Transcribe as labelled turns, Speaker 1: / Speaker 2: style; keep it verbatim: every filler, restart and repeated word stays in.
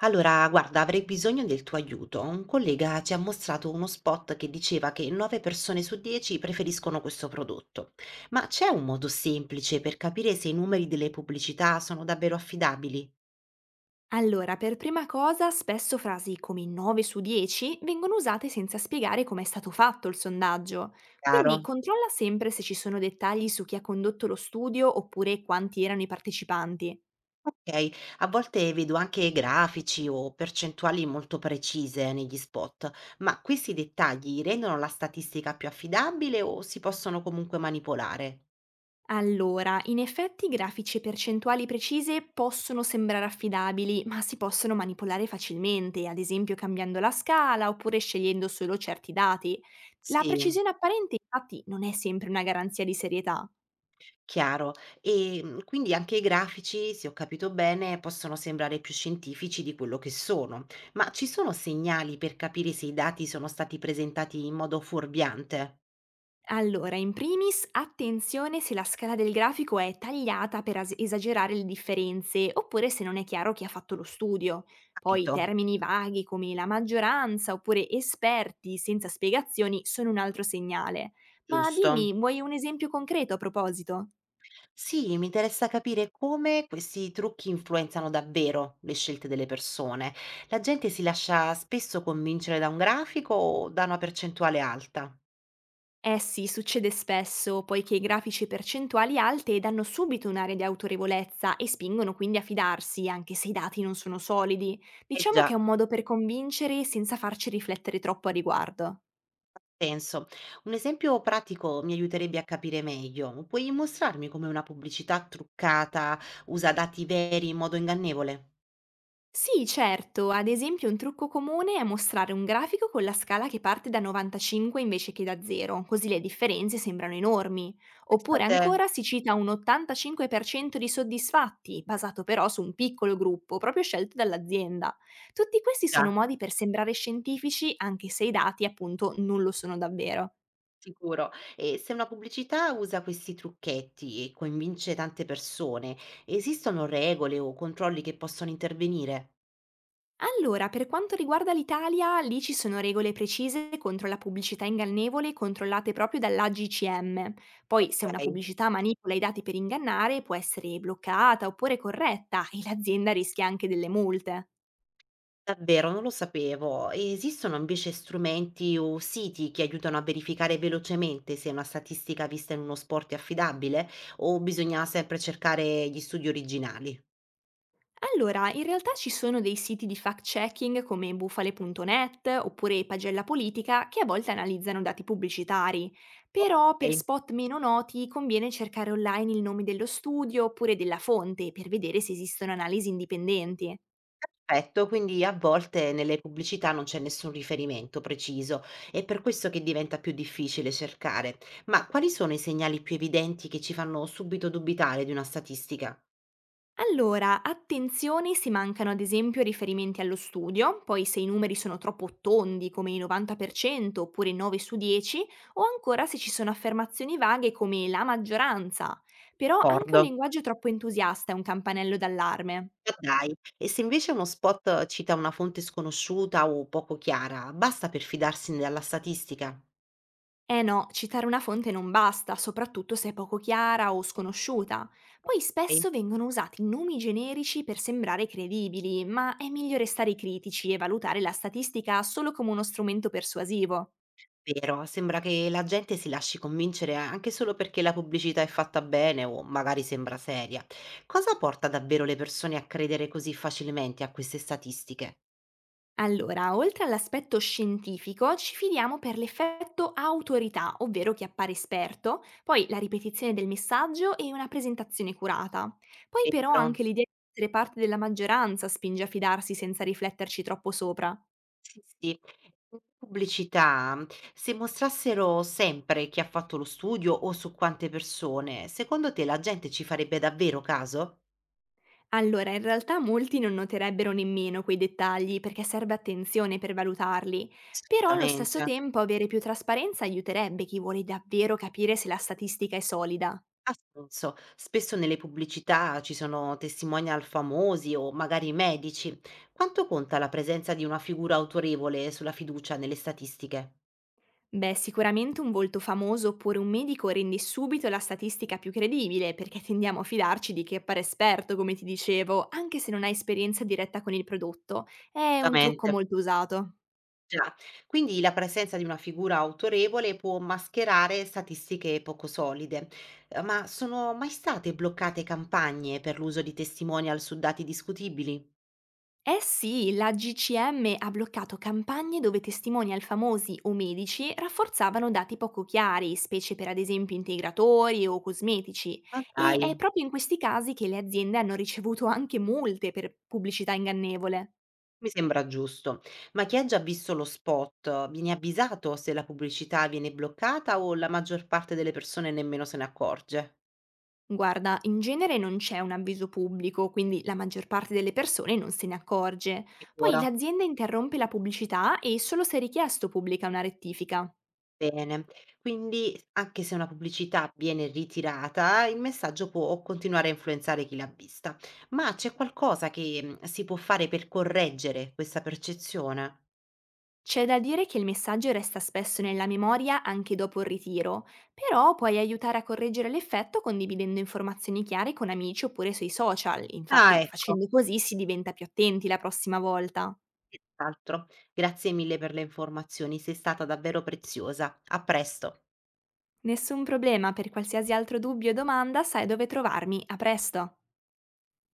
Speaker 1: Allora, guarda, avrei bisogno del tuo aiuto. Un collega ci ha mostrato uno spot che diceva che nove persone su dieci preferiscono questo prodotto. Ma c'è un modo semplice per capire se i numeri delle pubblicità sono davvero affidabili?
Speaker 2: Allora, per prima cosa, spesso frasi come nove su dieci vengono usate senza spiegare come è stato fatto il sondaggio,
Speaker 1: Chiaro?
Speaker 2: quindi controlla sempre se ci sono dettagli su chi ha condotto lo studio oppure quanti erano i partecipanti.
Speaker 1: Ok, a volte vedo anche grafici o percentuali molto precise negli spot, ma questi dettagli rendono la statistica più affidabile o si possono comunque manipolare?
Speaker 2: Allora, in effetti grafici e percentuali precise possono sembrare affidabili, ma si possono manipolare facilmente, ad esempio cambiando la scala oppure scegliendo solo certi dati. La
Speaker 1: Sì.
Speaker 2: precisione apparente infatti non è sempre una garanzia di serietà.
Speaker 1: Chiaro. Ehm, quindi anche i grafici, se ho capito bene, possono sembrare più scientifici di quello che sono. Ma ci sono segnali per capire se i dati sono stati presentati in modo fuorviante?
Speaker 2: Allora, in primis, attenzione se la scala del grafico è tagliata per as- esagerare le differenze, oppure se non è chiaro chi ha fatto lo studio. Poi
Speaker 1: Capito.
Speaker 2: termini vaghi come la maggioranza oppure esperti senza spiegazioni sono un altro segnale. Ma
Speaker 1: Giusto.
Speaker 2: dimmi, vuoi un esempio concreto a proposito?
Speaker 1: Sì, mi interessa capire come questi trucchi influenzano davvero le scelte delle persone. La gente si lascia spesso convincere da un grafico o da una percentuale alta.
Speaker 2: Eh sì, succede spesso, poiché i grafici percentuali alte danno subito un'area di autorevolezza e spingono quindi a fidarsi, anche se i dati non sono solidi.
Speaker 1: Eh
Speaker 2: Diciamo che è
Speaker 1: già.
Speaker 2: un modo per convincere senza farci riflettere troppo a riguardo.
Speaker 1: Penso. Un esempio pratico mi aiuterebbe a capire meglio. Puoi mostrarmi come una pubblicità truccata usa dati veri in modo ingannevole?
Speaker 2: Sì, certo. Ad esempio un trucco comune è mostrare un grafico con la scala che parte da novantacinque invece che da zero, così le differenze sembrano enormi.
Speaker 1: Questo
Speaker 2: Oppure
Speaker 1: te,
Speaker 2: ancora si cita un ottantacinque per cento di soddisfatti, basato però su un piccolo gruppo, proprio scelto dall'azienda. Tutti questi sono
Speaker 1: già,
Speaker 2: modi per sembrare scientifici anche se i dati appunto non lo sono davvero.
Speaker 1: sicuro. E se una pubblicità usa questi trucchetti e coinvince tante persone, esistono regole o controlli che possono intervenire?
Speaker 2: Allora, per quanto riguarda l'Italia, lì ci sono regole precise contro la pubblicità ingannevole controllate proprio dall'A G C M. Poi, se una
Speaker 1: Ok.
Speaker 2: pubblicità manipola i dati per ingannare, può essere bloccata oppure corretta e l'azienda rischia anche delle multe.
Speaker 1: Davvero, non lo sapevo. Esistono invece strumenti o siti che aiutano a verificare velocemente se una statistica vista in uno sport è affidabile o bisogna sempre cercare gli studi originali?
Speaker 2: Allora, in realtà ci sono dei siti di fact-checking come bufale punto net oppure Pagella Politica che a volte analizzano dati pubblicitari, però per
Speaker 1: Ok,
Speaker 2: spot meno noti conviene cercare online il nome dello studio oppure della fonte per vedere se esistono analisi indipendenti.
Speaker 1: perfetto, quindi a volte nelle pubblicità non c'è nessun riferimento preciso, è per questo che diventa più difficile cercare. Ma quali sono i segnali più evidenti che ci fanno subito dubitare di una statistica?
Speaker 2: Allora, attenzione se mancano ad esempio riferimenti allo studio, poi se i numeri sono troppo tondi come il novanta per cento oppure nove su dieci, o ancora se ci sono affermazioni vaghe come la maggioranza. Però anche un
Speaker 1: D'accordo.
Speaker 2: linguaggio troppo entusiasta è un campanello d'allarme.
Speaker 1: Ma dai, e se invece uno spot cita una fonte sconosciuta o poco chiara, basta per fidarsi della statistica?
Speaker 2: Eh no, citare una fonte non basta, soprattutto se è poco chiara o sconosciuta. Poi
Speaker 1: Okay,
Speaker 2: spesso vengono usati nomi generici per sembrare credibili, ma è meglio restare critici e valutare la statistica solo come uno strumento persuasivo.
Speaker 1: vero, sembra che la gente si lasci convincere anche solo perché la pubblicità è fatta bene o magari sembra seria. Cosa porta davvero le persone a credere così facilmente a queste statistiche?
Speaker 2: Allora, oltre all'aspetto scientifico, ci fidiamo per l'effetto autorità, ovvero chi appare esperto, poi la ripetizione del messaggio e una presentazione curata. Poi però
Speaker 1: Vero?
Speaker 2: anche l'idea di essere parte della maggioranza spinge a fidarsi senza rifletterci troppo sopra.
Speaker 1: Sì, sì. In pubblicità, se mostrassero sempre chi ha fatto lo studio o su quante persone, secondo te la gente ci farebbe davvero caso?
Speaker 2: Allora, in realtà molti non noterebbero nemmeno quei dettagli perché serve attenzione per valutarli, però allo
Speaker 1: Assolutamente,
Speaker 2: stesso tempo avere più trasparenza aiuterebbe chi vuole davvero capire se la statistica è solida.
Speaker 1: ha senso. Spesso nelle pubblicità ci sono testimonial famosi o magari medici. Quanto conta la presenza di una figura autorevole sulla fiducia nelle statistiche?
Speaker 2: Beh, sicuramente un volto famoso oppure un medico rende subito la statistica più credibile, perché tendiamo a fidarci di chi appare esperto, come ti dicevo, anche se non ha esperienza diretta con il prodotto. È un trucco
Speaker 1: Esattamente,
Speaker 2: molto usato.
Speaker 1: già. Quindi la presenza di una figura autorevole può mascherare statistiche poco solide. Eh, Ma sono mai state bloccate campagne per l'uso di testimonial su dati discutibili?
Speaker 2: Eh sì, la G C M ha bloccato campagne dove testimonial famosi o medici rafforzavano dati poco chiari, specie per ad esempio integratori o cosmetici,
Speaker 1: Ma
Speaker 2: e
Speaker 1: dai.
Speaker 2: è proprio in questi casi che le aziende hanno ricevuto anche multe per pubblicità ingannevole.
Speaker 1: Mi sembra giusto. Ma chi ha già visto lo spot viene avvisato se la pubblicità viene bloccata o la maggior parte delle persone nemmeno se ne accorge?
Speaker 2: Guarda, in genere non c'è un avviso pubblico, quindi la maggior parte delle persone non se ne accorge. Poi
Speaker 1: Sicuro?
Speaker 2: l'azienda interrompe la pubblicità e solo se richiesto pubblica una rettifica.
Speaker 1: Bene. Quindi anche se una pubblicità viene ritirata, il messaggio può continuare a influenzare chi l'ha vista. Ma c'è qualcosa che mm, si può fare per correggere questa percezione?
Speaker 2: C'è da dire che il messaggio resta spesso nella memoria anche dopo il ritiro, però puoi aiutare a correggere l'effetto condividendo informazioni chiare con amici oppure sui social,
Speaker 1: Ah,
Speaker 2: infatti
Speaker 1: ecco.
Speaker 2: facendo così si diventa più attenti la prossima volta.
Speaker 1: Nient'altro. Grazie mille per le informazioni, sei stata davvero preziosa. A presto.
Speaker 2: Nessun problema, per qualsiasi altro dubbio o domanda sai dove trovarmi, a presto!